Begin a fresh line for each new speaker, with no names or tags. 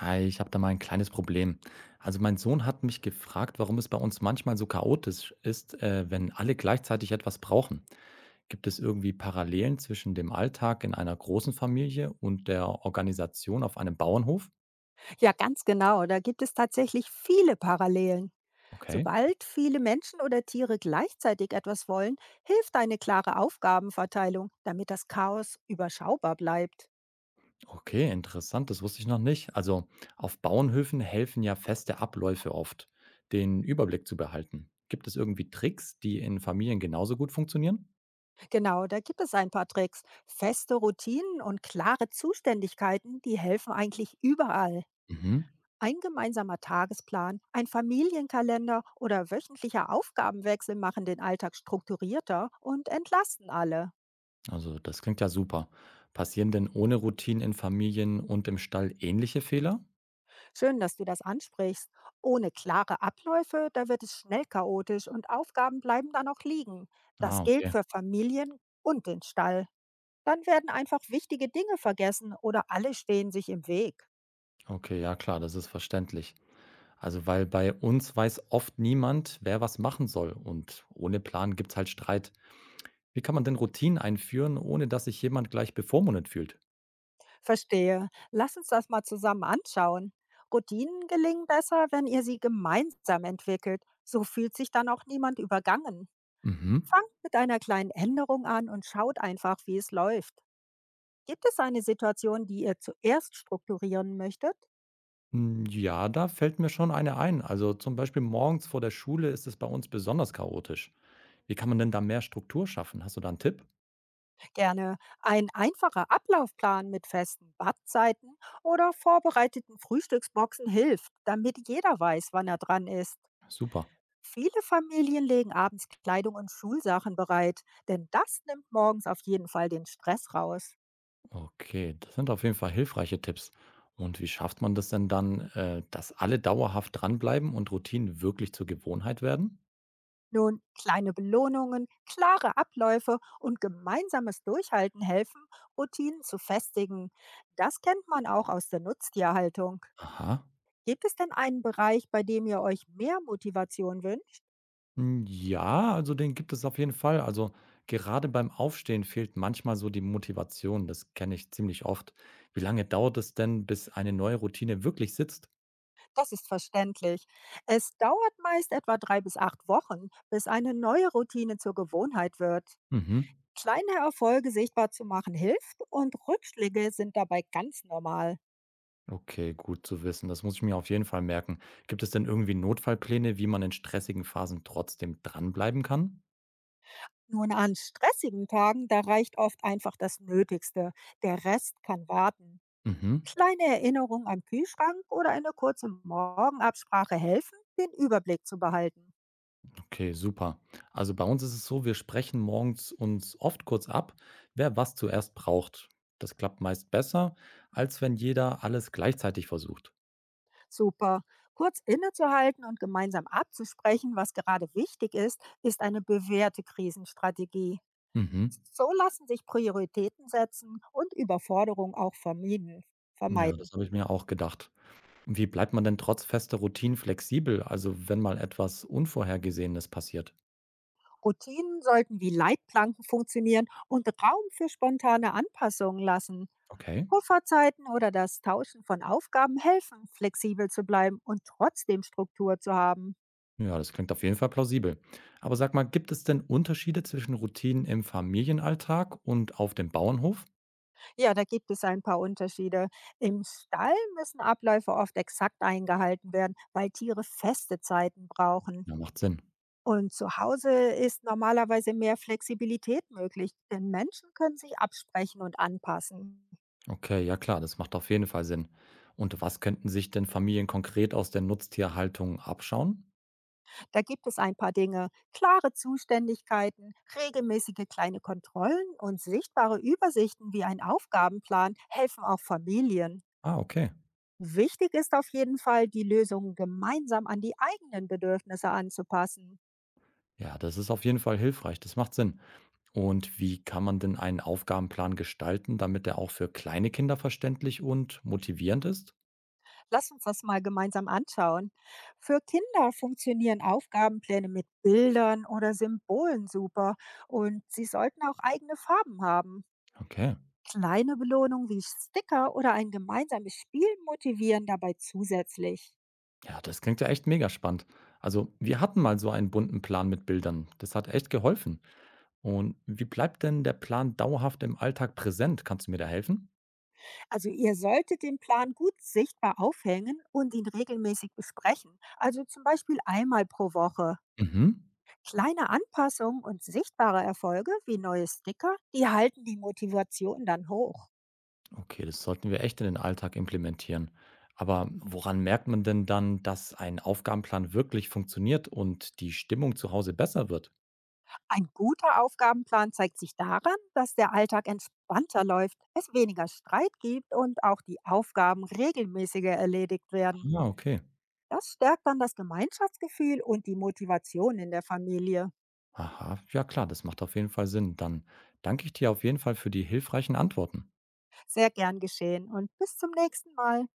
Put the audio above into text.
Hi, ich habe da mal ein kleines Problem. Also mein Sohn hat mich gefragt, warum es bei uns manchmal so chaotisch ist, wenn alle gleichzeitig etwas brauchen. Gibt es irgendwie Parallelen zwischen dem Alltag in einer großen Familie und der Organisation auf einem Bauernhof?
Ja, ganz genau. Da gibt es tatsächlich viele Parallelen.
Okay,
Sobald viele Menschen oder Tiere gleichzeitig etwas wollen, hilft eine klare Aufgabenverteilung, damit das Chaos überschaubar bleibt.
okay, interessant, das wusste ich noch nicht. Also auf Bauernhöfen helfen ja feste Abläufe oft, den Überblick zu behalten. Gibt es irgendwie Tricks, die in Familien genauso gut funktionieren?
Genau, da gibt es ein paar Tricks. Feste Routinen und klare Zuständigkeiten, die helfen eigentlich überall.
Mhm.
Ein gemeinsamer Tagesplan, ein Familienkalender oder wöchentlicher Aufgabenwechsel machen den Alltag strukturierter und entlasten alle.
Also, das klingt ja super. Passieren denn ohne Routinen in Familien und im Stall ähnliche Fehler?
Schön, dass du das ansprichst. Ohne klare Abläufe, da wird es schnell chaotisch und Aufgaben bleiben dann auch liegen.
Ah,
Das gilt
okay.
für Familien und den Stall. Dann werden einfach wichtige Dinge vergessen oder alle stehen sich im Weg.
Okay, ja klar, das ist verständlich. Also, weil bei uns weiß oft niemand, wer was machen soll und ohne Plan gibt's halt Streit. Wie kann man denn Routinen einführen, ohne dass sich jemand gleich bevormundet fühlt?
Verstehe. Lass uns das mal zusammen anschauen. Routinen gelingen besser, wenn ihr sie gemeinsam entwickelt. So fühlt sich dann auch niemand übergangen.
Mhm.
Fangt mit einer kleinen Änderung an und schaut einfach, wie es läuft. Gibt es eine Situation, die ihr zuerst strukturieren möchtet?
Mm, ja, da fällt mir schon eine ein. Also zum Beispiel morgens vor der Schule ist es bei uns besonders chaotisch. Wie kann man denn da mehr Struktur schaffen? Hast du da einen Tipp?
Gerne, ein einfacher Ablaufplan mit festen Badzeiten oder vorbereiteten Frühstücksboxen hilft, damit jeder weiß, wann er dran ist.
Super.
Viele Familien legen abends Kleidung und Schulsachen bereit, denn das nimmt morgens auf jeden Fall den Stress raus.
Okay, das sind auf jeden Fall hilfreiche Tipps. Und wie schafft man das denn dann, dass alle dauerhaft dranbleiben und Routinen wirklich zur Gewohnheit werden?
Nun, kleine Belohnungen, klare Abläufe und gemeinsames Durchhalten helfen, Routinen zu festigen. Das kennt man auch aus der Nutztierhaltung.
Aha,
Gibt es denn einen Bereich, bei dem ihr euch mehr Motivation wünscht?
hm, ja, also den gibt es auf jeden Fall. Also gerade beim Aufstehen fehlt manchmal so die Motivation. Das kenne ich ziemlich oft. Wie lange dauert es denn, bis eine neue Routine wirklich sitzt?
Das ist verständlich. Es dauert meist etwa drei bis acht Wochen, bis eine neue Routine zur Gewohnheit wird.
Mhm.
Kleine Erfolge sichtbar zu machen hilft, und Rückschläge sind dabei ganz normal.
Okay, gut zu wissen. Das muss ich mir auf jeden Fall merken. Gibt es denn irgendwie Notfallpläne, wie man in stressigen Phasen trotzdem dranbleiben kann?
Nun, an stressigen Tagen, da reicht oft einfach das Nötigste. Der Rest kann warten.
Mhm.
Kleine Erinnerungen am Kühlschrank oder eine kurze Morgenabsprache helfen, den Überblick zu behalten.
Okay, super. Also bei uns ist es so, wir sprechen morgens uns oft kurz ab, wer was zuerst braucht. Das klappt meist besser, als wenn jeder alles gleichzeitig versucht.
Super. Kurz innezuhalten und gemeinsam abzusprechen, was gerade wichtig ist, ist eine bewährte Krisenstrategie.
Mhm.
So lassen sich Prioritäten setzen und Überforderung auch
Ja, das
vermeiden.
habe ich mir auch gedacht. Wie bleibt man denn trotz fester Routinen flexibel, also wenn mal etwas Unvorhergesehenes passiert?
Routinen sollten wie Leitplanken funktionieren und Raum für spontane Anpassungen lassen.
Okay.
Pufferzeiten oder das Tauschen von Aufgaben helfen, flexibel zu bleiben und trotzdem Struktur zu haben.
Ja, das klingt auf jeden Fall plausibel. Aber sag mal, gibt es denn Unterschiede zwischen Routinen im Familienalltag und auf dem Bauernhof?
Ja, da gibt es ein paar Unterschiede. Im Stall müssen Abläufe oft exakt eingehalten werden, weil Tiere feste Zeiten brauchen.
Ja, macht Sinn.
Und zu Hause ist normalerweise mehr Flexibilität möglich, denn Menschen können sich absprechen und anpassen.
Okay, ja klar, das macht auf jeden Fall Sinn. Und was könnten sich denn Familien konkret aus der Nutztierhaltung abschauen?
Da gibt es ein paar Dinge: klare Zuständigkeiten, regelmäßige kleine Kontrollen und sichtbare Übersichten wie ein Aufgabenplan helfen auch Familien.
Ah, okay.
Wichtig ist auf jeden Fall, die Lösungen gemeinsam an die eigenen Bedürfnisse anzupassen.
Ja, das ist auf jeden Fall hilfreich, das macht Sinn. Und wie kann man denn einen Aufgabenplan gestalten, damit er auch für kleine Kinder verständlich und motivierend ist?
Lass uns das mal gemeinsam anschauen. Für Kinder funktionieren Aufgabenpläne mit Bildern oder Symbolen super, und sie sollten auch eigene Farben haben.
Okay.
Kleine Belohnungen wie Sticker oder ein gemeinsames Spiel motivieren dabei zusätzlich.
Ja, das klingt ja echt mega spannend. Also, wir hatten mal so einen bunten Plan mit Bildern. Das hat echt geholfen. Und wie bleibt denn der Plan dauerhaft im Alltag präsent? Kannst du mir da helfen?
Also, ihr solltet den Plan gut sichtbar aufhängen und ihn regelmäßig besprechen. Also zum Beispiel einmal pro Woche.
Mhm.
Kleine Anpassungen und sichtbare Erfolge wie neue Sticker, die halten die Motivation dann hoch.
Okay, das sollten wir echt in den Alltag implementieren. Aber woran merkt man denn dann, dass ein Aufgabenplan wirklich funktioniert und die Stimmung zu Hause besser wird?
Ein guter Aufgabenplan zeigt sich daran, dass der Alltag entspannter läuft, es weniger Streit gibt und auch die Aufgaben regelmäßiger erledigt werden.
Ah, okay.
Das stärkt dann das Gemeinschaftsgefühl und die Motivation in der Familie.
Aha, ja klar, das macht auf jeden Fall Sinn. Dann danke ich dir auf jeden Fall für die hilfreichen Antworten.
Sehr gern geschehen und bis zum nächsten Mal.